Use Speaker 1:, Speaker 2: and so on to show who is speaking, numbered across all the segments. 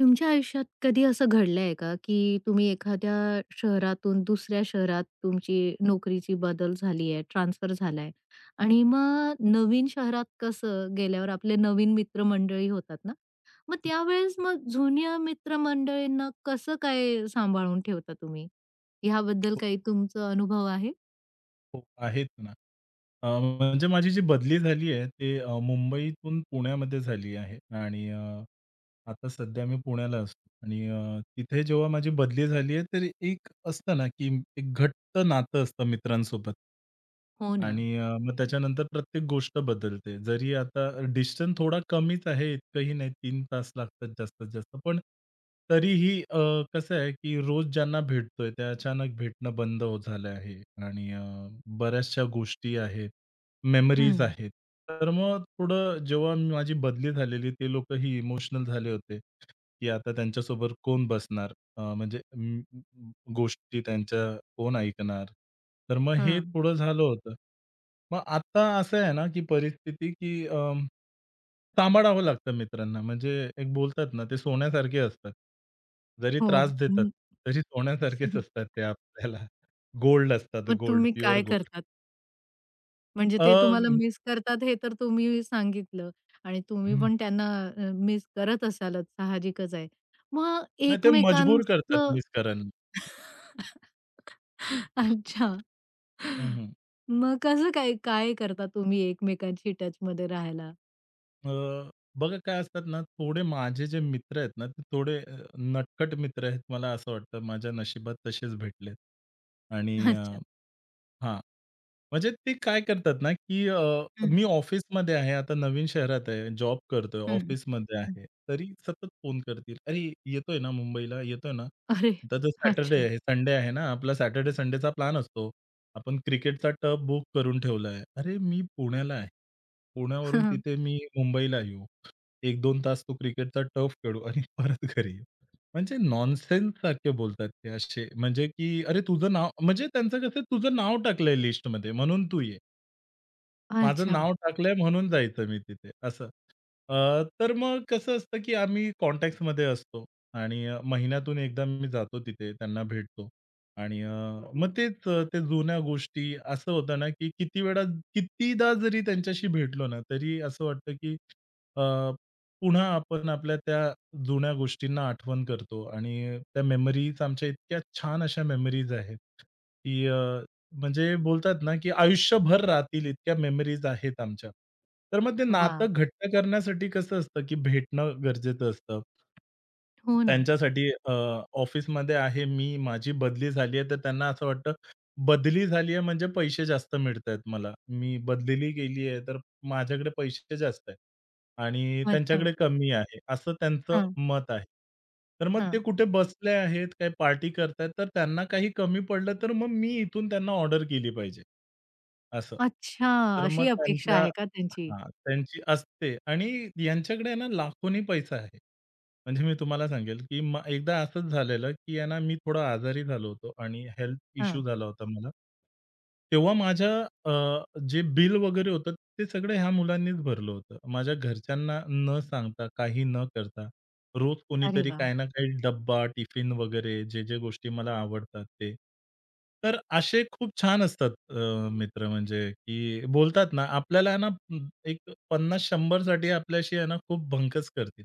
Speaker 1: तुमच्या आयुष्यात कधी असं घडलंय का, की तुम्ही एखाद्या शहरातून दुसऱ्या शहरात तुमची नोकरीची बदल झाली आहे, ट्रान्सफर झालाय आणि मग नवीन शहरात कसं गेल्यावर आपले नवीन मित्रमंडळी होतात ना, मग त्यावेळेस मग जुन्या मित्रमंडळींना कसं काय सांभाळून ठेवता तुम्ही? ह्याबद्दल
Speaker 2: हो,
Speaker 1: काही तुमचा अनुभव आहे?
Speaker 2: हो. आहेत ना. म्हणजे माझी जी बदली झाली आहे ते मुंबईतून पुण्यामध्ये झाली आहे आणि आता सध्या मी पुण्याला असतो आणि तिथे जेव्हा माझी बदली झाली आहे, तर एक असतं ना, की एक घट्ट नातं असतं मित्रांसोबत.
Speaker 1: हो ना.
Speaker 2: आणि मग त्याच्यानंतर प्रत्येक गोष्ट बदलते. जरी आता डिस्टन्स थोडा कमीच आहे, इतकंही नाही तीन तास लागतात जास्तीत जास्त. पण तरीही कसं आहे, की रोज ज्यांना भेटतोय, त्या अचानक भेटणं बंद झालं आहे आणि बऱ्याचशा गोष्टी आहेत, मेमरीज
Speaker 1: हं.
Speaker 2: आहेत. तर मग थोडं जेव्हा माझी बदली झालेली, ते लोकंही इमोशनल झाले होते, की आता त्यांच्यासोबत कोण बसणार? म्हणजे गोष्टी त्यांच्या कोण ऐकणार? तर मग हे
Speaker 1: हां.
Speaker 2: थोडं झालं होतं. मग आता असं आहे ना, की परिस्थिती की सांभाळावं लागतं मित्रांना. म्हणजे एक बोलतात ना, ते सोन्यासारखे असतात. जरी
Speaker 1: हो.
Speaker 2: त्रास देतात, तरी सोन्यासारखेच असतात ते आपल्याला. गोल्ड असतात,
Speaker 1: मग
Speaker 2: गोल्ड,
Speaker 1: तुम्ही
Speaker 2: प्युअर
Speaker 1: काय
Speaker 2: गोल्ड.
Speaker 1: करता, म्हणजे
Speaker 2: अ,
Speaker 1: ते तुम्हाला मिस करतात हे तर तुम्ही सांगितलं आणि तुम्ही
Speaker 2: हं,
Speaker 1: पण त्यांना मिस करत असालच साहजिकच आहे. मग
Speaker 2: नाही ते मजबूर करतात
Speaker 1: एकमेकांचं.
Speaker 2: मिस करायला.
Speaker 1: अच्छा. मग कसं काय काय करता तुम्ही एकमेकांशी टचमध्ये राहायला?
Speaker 2: अ, बघा काय असतात ना, थोडे माझे जे मित्र आहेत ना, ते थोडे नटखट मित्र आहेत. मला असं वाटतं माझ्या नशिबात तसेच भेटलेत. आणि
Speaker 1: अच्छा.
Speaker 2: हां. म्हणजे ते काय करतात ना, की
Speaker 1: हं,
Speaker 2: मी ऑफिसमध्ये आहे, आता नवीन शहरात आहे, जॉब करतोय,
Speaker 1: हं.
Speaker 2: ऑफिसमध्ये आहे. तरी सतत फोन करतील, "अरे, येतोय ना मुंबईला? येतोय ना?"
Speaker 1: अरे!
Speaker 2: आता तर सॅटर्डे
Speaker 1: अच्छा.
Speaker 2: आहे, संडे आहे ना, आपला सॅटर्डे, संडेचा प्लॅन असतो. आपण क्रिकेटचा टप बुक करून ठेवला "अरे, मी पुण्याला आहे." पुण्यावरून
Speaker 1: हां.
Speaker 2: तिथे मी मुंबईला येऊ. एक दोन तास तो क्रिकेटचा टर्फ खेळू आणि परत घरी येऊ. म्हणजे नॉनसेन्स सारखे बोलतात ते असे म्हणजे की "अरे तुझं नाव" म्हणजे त्यांचं कसं तुझं नाव टाकलंय लिस्टमध्ये म्हणून तू ये. माझं
Speaker 1: अच्छा.
Speaker 2: नाव टाकलंय म्हणून जायचं मी तिथे असं. अ, तर मग कसं असतं, की आम्ही कॉन्टॅक्ट्समध्ये असतो आणि महिन्यातून एकदा मी जातो तिथे त्यांना भेटतो आणि मग ते जुन्या गोष्टी असं होतं ना, की किती वेळा कितीदा जरी त्यांच्याशी भेटलो ना, तरी असं वाटतं, की अ, पुन्हा आपण आपल्या त्या जुन्या गोष्टींना आठवण करतो आणि त्या मेमरीज आमच्या इतक्या छान अशा मेमरीज आहेत, की म्हणजे बोलतात ना, की आयुष्यभर राहतील इतक्या मेमरीज आहेत आमच्या. तर मग ते
Speaker 1: वाह!
Speaker 2: नातं घट्ट करण्यासाठी कसं असतं, की भेटणं गरजेचं असतं.
Speaker 1: हो ना.
Speaker 2: त्यांच्यासाठी ऑफिसमध्ये आहे मी, माझी बदली झाली आहे, तर त्यांना असं वाटतं, बदली झाली आहे म्हणजे पैसे जास्त मिळतायत मला. मी बदलेली गेली आहे, तर माझ्याकडे पैसे जास्त आहेत आणि
Speaker 1: अच्छा.
Speaker 2: त्यांच्याकडे कमी आहे, असं त्यांचं
Speaker 1: हां,
Speaker 2: मत आहे. तर मग ते
Speaker 1: हां.
Speaker 2: कुठे बसले आहेत, काही पार्टी करतायत, तर त्यांना काही कमी पडलं, तर मग मी इथून त्यांना ऑर्डर केली पाहिजे, असं.
Speaker 1: अच्छा,
Speaker 2: तर मग
Speaker 1: अशी अपेक्षा
Speaker 2: त्यांच्या
Speaker 1: आहे का त्यांची?
Speaker 2: हां, त्यांची असते आणि यांच्याकडे आहे ना लाखोंनी पैसा आहे. म्हणजे मी तुम्हाला सांगेल, की एकदा असंच झालेलं, की आहे ना मी थोडं आजारी झालो होतो आणि हेल्थ इश्यू
Speaker 1: हां.
Speaker 2: झाला होता मला. तेव्हा माझ्या अ, जे बिल वगैरे होतं, ते सगळं ह्या मुलांनीच भरलं होतं. माझ्या घरच्यांना न सांगता, काही न करता, रोज
Speaker 1: अरे
Speaker 2: कोणीतरी
Speaker 1: वाह!
Speaker 2: काही ना काही डब्बा, टिफिन वगैरे जे-जे गोष्टी मला आवडतात ते. तर असे खूप छान असतात मित्र म्हणजे की बोलतात ना, आपल्याला आहे ना एक 50-100 साठी आपल्याशी आहे ना खूप भंकस करतील.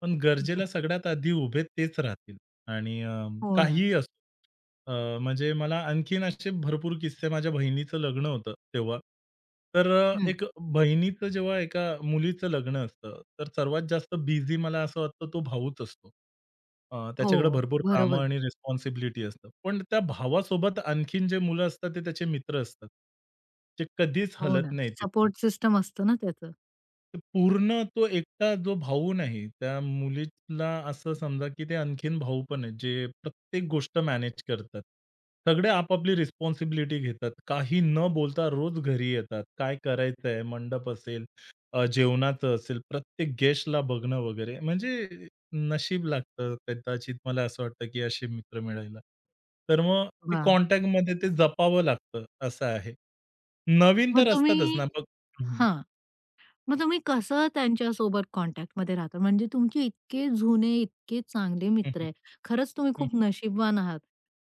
Speaker 2: पण गरजेला सगळ्यात आधी उभे तेच राहतील. आणि
Speaker 1: हो ना.
Speaker 2: काहीही असो. म्हणजे मला आणखीन असे भरपूर किस्से माझ्या बहिणीचं लग्न होतं तेव्हा. तर
Speaker 1: हं.
Speaker 2: एक बहिणीचं जेव्हा एका मुलीचं लग्न असतं, तर सर्वात जास्त बिझी मला असं वाटतं तो भाऊच असतो.
Speaker 1: हो,
Speaker 2: त्याच्याकडे भरपूर कामं
Speaker 1: बरोबर.
Speaker 2: आणि रिस्पॉन्सिबिलिटी असतं. पण त्या भावासोबत आणखीन जे मुलं असतात, ते त्याचे मित्र असतात. ते कधीच
Speaker 1: हो
Speaker 2: हलत
Speaker 1: ना.
Speaker 2: नाही तिथून.
Speaker 1: सपोर्ट सिस्टम असतं ना त्याचं.
Speaker 2: ते पूर्ण तो एकटा जो भाऊ नाही, त्या मुलीला असं समजा, की ते आणखीन भाऊ पण आहेत, जे प्रत्येक गोष्ट मॅनेज करतात. सगळे आपापली रिस्पॉन्सिबिलिटी घेतात. काही न बोलता रोज घरी येतात. काय करायचं आहे, मंडप असेल, जेवणाचं असेल, प्रत्येक गेस्टला बघणं वगैरे. म्हणजे नशीब लागतं कदाचित मला असं वाटतं, की असे मित्र मिळायला. तर मग ते
Speaker 1: वा,
Speaker 2: कॉन्टॅक्टमध्ये ते जपावं लागतं, असं आहे. नवीन
Speaker 1: मग
Speaker 2: तर असतातच ना,
Speaker 1: तुम्ही,
Speaker 2: मग हं, हं.
Speaker 1: हां, मग तुम्ही कसं त्यांच्यासोबत कॉन्टॅक्टमध्ये राहता? म्हणजे तुमचे इतके जुने, इतके चांगले मित्र आहे. खरंच तुम्ही खूप नशीबवान आहात.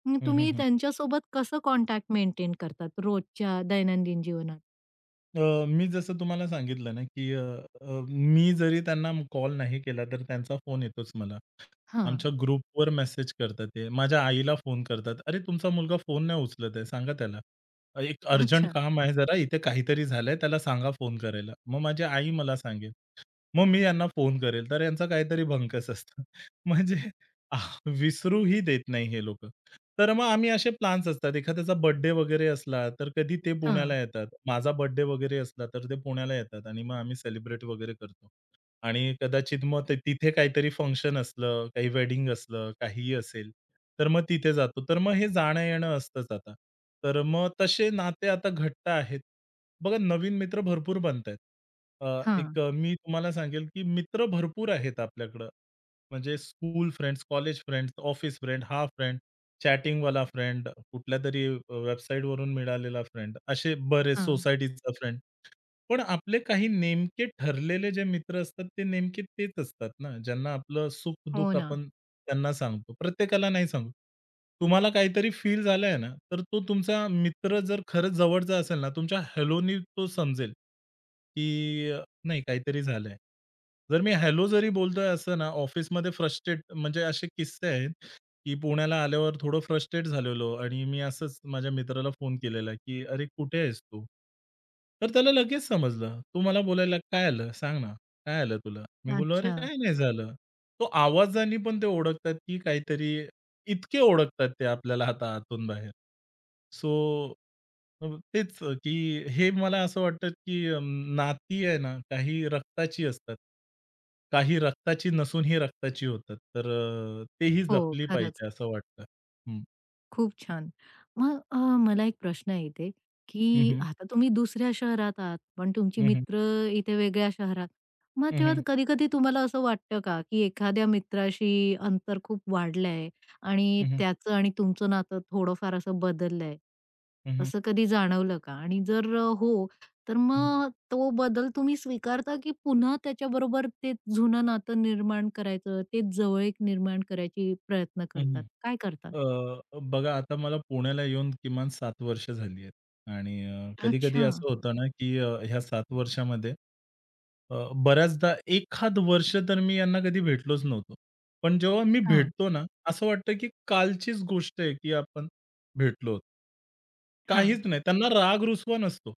Speaker 1: मग
Speaker 2: हं, हं,
Speaker 1: तुम्ही
Speaker 2: हं.
Speaker 1: त्यांच्यासोबत कसं कॉन्टॅक्ट मेंटेन करतात रोजच्या दैनंदिन जीवनात?
Speaker 2: मी जसं तुम्हाला सांगितलं ना, की अ, अ, मी जरी त्यांना कॉल नाही केला, तर त्यांचा फोन येतोच मला.
Speaker 1: हां.
Speaker 2: आमच्या ग्रुपवर मेसेज करतात ते. माझ्या आईला फोन करतात, "अरे, तुमचा मुलगा फोन नाही उचलत आहे, सांगा त्याला. एक अर्जंट
Speaker 1: अच्छा.
Speaker 2: काम आहे जरा, इथे काहीतरी झालंय, त्याला सांगा फोन करायला." मग माझी आई मला सांगेल. मग मी यांना फोन करेल, तर यांचा काहीतरी भंकस असतं. म्हणजे आह, विसरूही देत नाही हे लोकं. तर मग आम्ही असे प्लॅन्स असतात. एखाद्याचा बर्थडे वगैरे असला, तर कधी ते पुण्याला
Speaker 1: हां,
Speaker 2: येतात. माझा बर्थडे वगैरे असला, तर ते पुण्याला येतात आणि मग आम्ही सेलिब्रेट वगैरे करतो. आणि कदाचित मग ते तिथे काहीतरी फंक्शन असलं, काही वेडिंग असलं, काहीही असेल, तर मग तिथे जातो. तर मग हे जाणं-येणं असतंच आता. तर मग तसे नाते आता घट्ट आहेत. बघा नवीन मित्र भरपूर बनतायत.
Speaker 1: हां,
Speaker 2: मी तुम्हाला सांगेल, की मित्र भरपूर आहेत आपल्याकडं. म्हणजे school friends, college friends, office friend, हा फ्रेंड, चॅटिंगवाला फ्रेंड, कुठल्यातरी वेबसाईटवरून मिळालेला फ्रेंड, असे बरेच
Speaker 1: हां.
Speaker 2: सोसायटीचा फ्रेंड. पण आपले काही नेमके ठरलेले जे मित्र असतात, ते नेमके तेच असतात ना, ज्यांना आपलं
Speaker 1: हो
Speaker 2: सुख-दुःख
Speaker 1: ना.
Speaker 2: आपण त्यांना सांगतो. प्रत्येकाला नाही सांगू. तुम्हाला काहीतरी फील झालंय ना, तर तो तुमचा मित्र जर खरंच जवळचा असेल ना, तुमच्या हॅलोनी तो समजेल, की नाही काहीतरी झालंय. जर मी हॅलो जरी बोलतोय असं ना, ऑफिसमध्ये फ्रस्ट्रेट म्हणजे असे किस्से आहेत की पुण्याला आल्यावर थोडं फ्रस्ट्रेट झालेलो आणि मी असंच माझ्या मित्राला फोन केलेला, की "अरे, कुठे आहेस तू?" तर त्याला लगेच समजलं. "तू मला बोलायला काय आलं? सांग ना, काय आलं तुला?" मी बोललो, "अरे,
Speaker 1: अच्छा.
Speaker 2: काही नाही झालं." तो आवाजाने पण ते ओळखतात, की काहीतरी इतके ओळखतात ते आपल्याला आता आतून बाहेर. सो अ, तेच की हे मला असं वाटतं की नाती आहे ना, काही रक्ताची असतात. काही रक्ताची नसून ही रक्ताची होतात. तर तेही
Speaker 1: हो,
Speaker 2: जपली
Speaker 1: खरंच.
Speaker 2: पाहिजे असं वाटतं. हं.
Speaker 1: खूप छान. मग मला एक प्रश्न आहे इथे,
Speaker 2: हं,
Speaker 1: की
Speaker 2: हं.
Speaker 1: आता तुम्ही दुसऱ्या शहरात आहात, पण तुमची
Speaker 2: हं, हं.
Speaker 1: मित्र इथे वेगळ्या शहरात. मग
Speaker 2: हं,
Speaker 1: तेव्हा
Speaker 2: हं.
Speaker 1: कधी-कधी तुम्हाला असं वाटतं का, की एखाद्या मित्राशी अंतर खूप वाढलं आहे आणि
Speaker 2: हं, हं.
Speaker 1: त्याचं आणि तुमचं नातं थोडंफार असं बदललं,
Speaker 2: हं,
Speaker 1: असं कधी जाणवलं का? आणि जर हो, तर मग तो बदल तुम्ही स्वीकारता, की पुन्हा त्याच्याबरोबर ते जुनं नातं निर्माण करायचं, तेच जवळीक निर्माण करायची प्रयत्न करतात? काय करतात?
Speaker 2: अ, बघा आता मला पुण्याला येऊन किमान 7 वर्ष झाली आहेत. आणि कधी-कधी
Speaker 1: अच्छा.
Speaker 2: असं बरं. होतं ना, की ह्या 7 वर्षामध्ये अ, बऱ्याचदा एखाद वर्ष तर मी यांना कधी भेटलोच नव्हतो. पण जेव्हा मी
Speaker 1: हां,
Speaker 2: भेटतो ना, असं वाटतं की कालचीच गोष्ट आहे, की आपण भेटलो
Speaker 1: हां.
Speaker 2: काहीच नाही. त्यांना राग-रुसवा नसतो.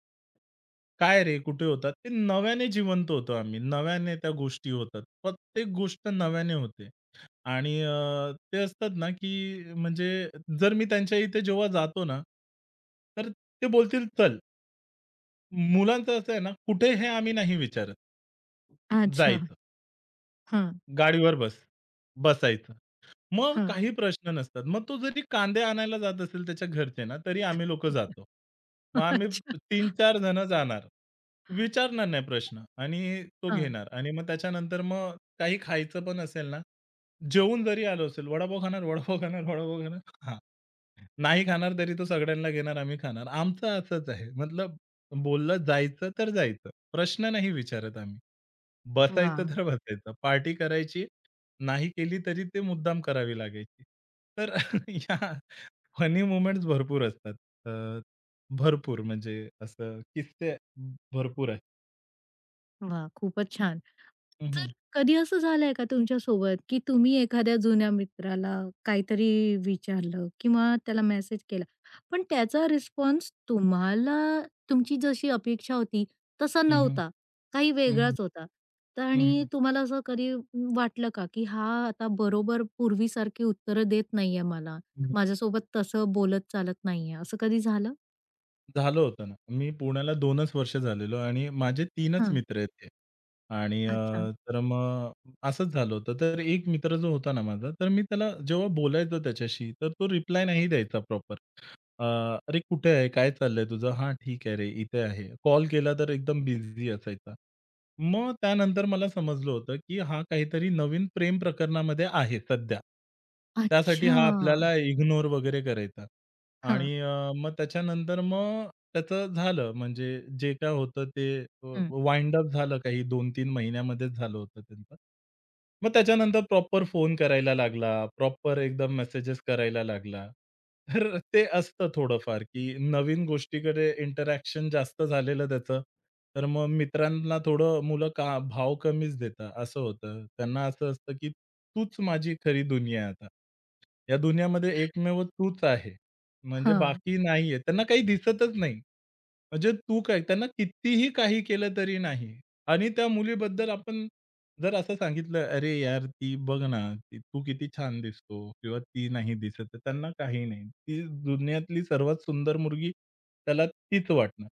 Speaker 2: काय रे, कुठे होतात? ते नव्याने जिवंत होतो आम्ही. नव्याने त्या गोष्टी होतात. प्रत्येक गोष्ट नव्याने होते. आणि ते असतात ना, की म्हणजे जर मी त्यांच्या इथे जेव्हा जातो ना, तर ते बोलतील, "चल." मुलांचं असं आहे ना, कुठे हे आम्ही नाही विचारत.
Speaker 1: अच्छा.
Speaker 2: जायचं.
Speaker 1: हां,
Speaker 2: गाडीवर बस. बसायचं. मग
Speaker 1: हां.
Speaker 2: काही प्रश्न नसतात. मग तो जरी कांदे आणायला जात असेल त्याच्या घरचे ना, तरी आम्ही लोकं जातो. मग आम्ही
Speaker 1: अच्छा.
Speaker 2: 3-4 जण जाणार. विचारणार नाही प्रश्न आणि तो
Speaker 1: हां.
Speaker 2: घेणार आणि मग त्याच्यानंतर मग काही खायचं पण असेल ना, जेवून जरी आलो असेल, वडापाव खाणार, वडापाव खाणार, वडापाव खाणार. हां. नाही खाणार तरी तो सगळ्यांना घेणार, आम्ही खाणार. आमचं असंच आहे. मतलब बोललं जायचं तर जायचं. प्रश्न नाही विचारत आम्ही. बसायचं
Speaker 1: वाह!
Speaker 2: तर बसायचं. पार्टी करायची, नाही केली तरी ते मुद्दाम करावी लागायची. तर या फनी मुमेंट्स भरपूर असतात. अ, भरपूर म्हणजे असं किस्से भरपूर आहेत.
Speaker 1: वाह! खूपच छान.
Speaker 2: हं,
Speaker 1: तर
Speaker 2: हं.
Speaker 1: कधी असं झालंय का तुमच्यासोबत, की तुम्ही एखाद्या जुन्या मित्राला काहीतरी विचारलं किंवा त्याला मेसेज केला, पण त्याचा रिस्पॉन्स तुम्हाला तुमची जशी अपेक्षा होती तसा
Speaker 2: हं, हं.
Speaker 1: नव्हता, काही
Speaker 2: हं, हं.
Speaker 1: वेगळाच होता. तर आणि तुम्हाला असं कधी वाटलं का, की हा आता बरोबर पूर्वीसारखी उत्तरं देत नाहीये मला, माझ्यासोबत तसं बोलत चालत नाहीये, असं कधी झालं?
Speaker 2: झालं होतं ना. मी पुण्याला 2च वर्ष झालेलो आणि माझे 3च
Speaker 1: हां.
Speaker 2: मित्र आहेत ते. आणि
Speaker 1: अच्छा.
Speaker 2: तर मग असंच झालं होतं. तर एक मित्र जो होता ना माझा, तर मी त्याला जेव्हा बोलायचो त्याच्याशी, तर तो रिप्लाय नाही द्यायचा प्रॉपर. अ, "अरे कुठे आहे? काय चाललंय तुझं?" "हां, ठीक आहे रे, इथे आहे." कॉल केला तर एकदम बिझी असायचा. मग त्यानंतर मला समजलं होतं, की हा काहीतरी नवीन प्रेम प्रकरणामध्ये आहे सध्या. त्यासाठी हा
Speaker 1: अच्छा.
Speaker 2: आपल्याला इग्नोर वगैरे करायचा.
Speaker 1: हां.
Speaker 2: आणि मग त्याच्यानंतर मग त्याचं झालं म्हणजे जे काय होतं ते
Speaker 1: हं.
Speaker 2: वाइंड अप झालं काही 2-3 महिन्यामध्येच झालं होतं त्यांचं. मग त्याच्यानंतर प्रॉपर फोन करायला लागला, प्रॉपर एकदम मेसेजेस करायला लागला. तर ते असतं थोडंफार, की नवीन गोष्टीकडे इंटरॅक्शन जास्त झालेलं त्याचं. तर मग मित्रांना थोडं मुलं का भाव कमीच देतात असं होतं. त्यांना असं असतं, की तूच माझी खरी दुनिया आहे आता. या दुनियामध्ये एकमेव तूच आहे. म्हणजे
Speaker 1: हां.
Speaker 2: बाकी नाहीये. त्यांना काही दिसतच नाही. म्हणजे तू काय त्यांना कितीही काही केलं तरी नाही. आणि त्या मुलीबद्दल आपण जर असं सांगितलं, "अरे यार, ती बघ ना, ती तू किती छान दिसतो" किंवा "ती नाही दिसत" तर त्यांना काही नाही. ती दुनियातली सर्वात सुंदर मुलगी त्याला तीच वाटणार.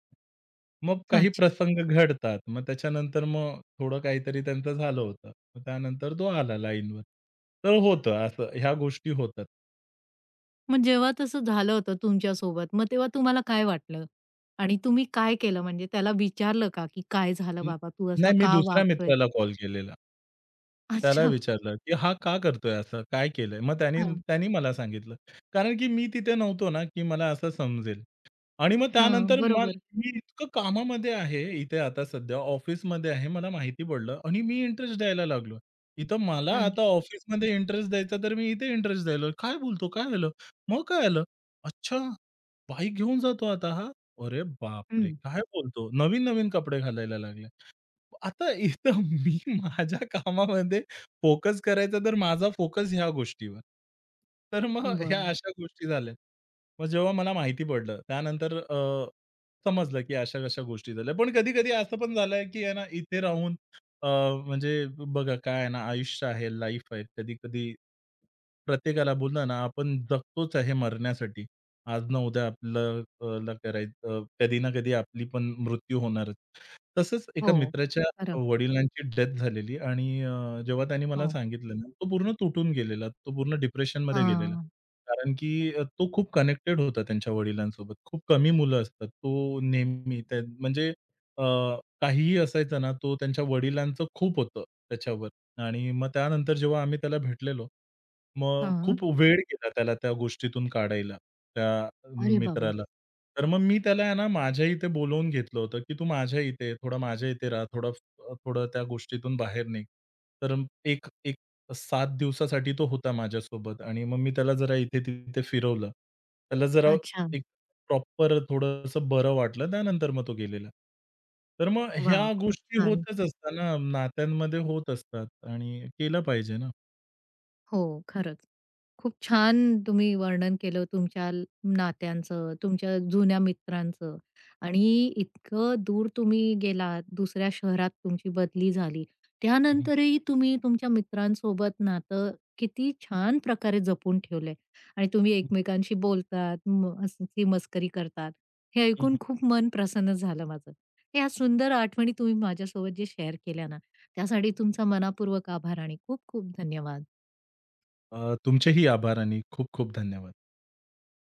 Speaker 2: मग काही
Speaker 1: अच्छा.
Speaker 2: प्रसंग घडतात. मग त्याच्यानंतर मग थोडं काहीतरी त्यांचं झालं होतं. मग त्यानंतर तो आला लाईनवर. तर होतं असं ह्या गोष्टी होतात.
Speaker 1: मग जेव्हा तसं झालं होतं तुमच्यासोबत, मग तेव्हा तुम्हाला काय वाटलं? आणि तुम्ही काय केलं, म्हणजे त्याला विचारलं का, की "काय झालं
Speaker 2: न
Speaker 1: बाबा, तू असा
Speaker 2: नाही, मी
Speaker 1: का
Speaker 2: दुसऱ्या
Speaker 1: वागतोय?"
Speaker 2: मित्राला कॉल केलेला. त्याला
Speaker 1: अच्छा.
Speaker 2: विचारलं, की "हा का करतोय असं? काय केलंय?" मग त्याने
Speaker 1: हां.
Speaker 2: त्याने मला सांगितलं. कारण की मी तिथे नव्हतो ना, की मला असं समजेल. आणि मग
Speaker 1: हां,
Speaker 2: त्यानंतर मग
Speaker 1: बरोबर.
Speaker 2: मी इतकं कामामध्ये आहे, इथे आता सध्या ऑफिसमध्ये आहे, मला माहिती पडलं आणि मी इंटरेस्ट द्यायला लागलो. इथं मला
Speaker 1: अरे.
Speaker 2: आता ऑफिसमध्ये इंटरेस्ट द्यायचा, तर मी इथे इंटरेस्ट द्यायला काय बोलतो? काय झालं? मग काय आलं? अच्छा, बाईक घेऊन जातो आता हा. अरे बापरे!
Speaker 1: हं.
Speaker 2: काय बोलतो? नवीन-नवीन कपडे घालायला लागला. आता इथं मी माझ्या कामामध्ये फोकस करायचा, तर माझा फोकस ह्या गोष्टीवर. तर मग ह्या
Speaker 1: बरं.
Speaker 2: अशा गोष्टी झाल्या. मग जेव्हा मला माहिती पडलं, त्यानंतर समजलं की अशा-अशा गोष्टी झाल्या. पण कधी-कधी असं पण झालंय की आहे ना, इथे राहून अ, म्हणजे बघा काय आहे ना, आयुष्य आहे, लाईफ आहे. कधी-कधी प्रत्येकाला बोललं ना, आपण जगतोच आहे मरण्यासाठी. आज ना उद्या आपलं अ, ला करायचं कधी ना कधी आपली पण मृत्यू होणारच. तसंच
Speaker 1: हो.
Speaker 2: एका मित्राच्या
Speaker 1: खरं.
Speaker 2: वडिलांची डेथ झालेली आणि जेव्हा त्याने मला
Speaker 1: हो.
Speaker 2: सांगितलं ना, तो पूर्ण तुटून गेलेला. तो पूर्ण डिप्रेशनमध्ये गेलेला.
Speaker 1: हां.
Speaker 2: कारण की तो खूप कनेक्टेड होता त्यांच्या वडिलांसोबत. खूप कमी मुलं असतात. तो नेहमी त्या म्हणजे अ, काहीही असायचं ना, तो त्यांच्या वडिलांचं खूप होतं त्याच्यावर. आणि मग त्यानंतर जेव्हा आम्ही त्याला भेटलेलो, मग
Speaker 1: हां.
Speaker 2: खूप वेळ गेला त्याला त्या गोष्टीतून काढायला, त्या
Speaker 1: अरे बाबा!
Speaker 2: मित्राला. तर मग मी त्याला आहे ना माझ्या इथे बोलावून घेतलं होतं, की "तू माझ्या इथे ये, थोडा माझ्या इथे राहा, थोडं त्या गोष्टीतून बाहेर निघ." तर एक एक 7 दिवसासाठी तो होता माझ्यासोबत आणि मग मी त्याला जरा इथे-तिथे फिरवलं. त्याला जरा
Speaker 1: अच्छा.
Speaker 2: प्रॉपर थोडंसं बरं वाटलं, त्यानंतर मग तो गेलेला. तर मग
Speaker 1: वाह!
Speaker 2: ह्या
Speaker 1: खूप
Speaker 2: गोष्टी
Speaker 1: छान.
Speaker 2: होतच असतात ना, नात्यांमध्ये होत असतात आणि केलं पाहिजे ना.
Speaker 1: हो, खरंच. खूप छान तुम्ही वर्णन केलं तुमच्या नात्यांचं, तुमच्या जुन्या मित्रांचं आणि इतकं दूर तुम्ही गेलात, दुसऱ्या शहरात तुमची बदली झाली.
Speaker 2: हं, हं.
Speaker 1: त्यानंतरही तुम्ही तुमच्या मित्रांसोबत नातं किती छान प्रकारे जपून ठेवलंय आणि तुम्ही एकमेकांशी बोलतात, हसी मस्करी करतात. हे
Speaker 2: हं,
Speaker 1: ऐकून
Speaker 2: हं.
Speaker 1: खूप मन प्रसन्न झालं माझं. या सुंदर आठवणी तुम्ही माझ्यासोबत जे शेअर केल्या ना, त्यासाठी तुमचा मनापूर्वक आभार आणि खूप खूप धन्यवाद.
Speaker 2: तुमचेही आभार आणि खूप खूप धन्यवाद.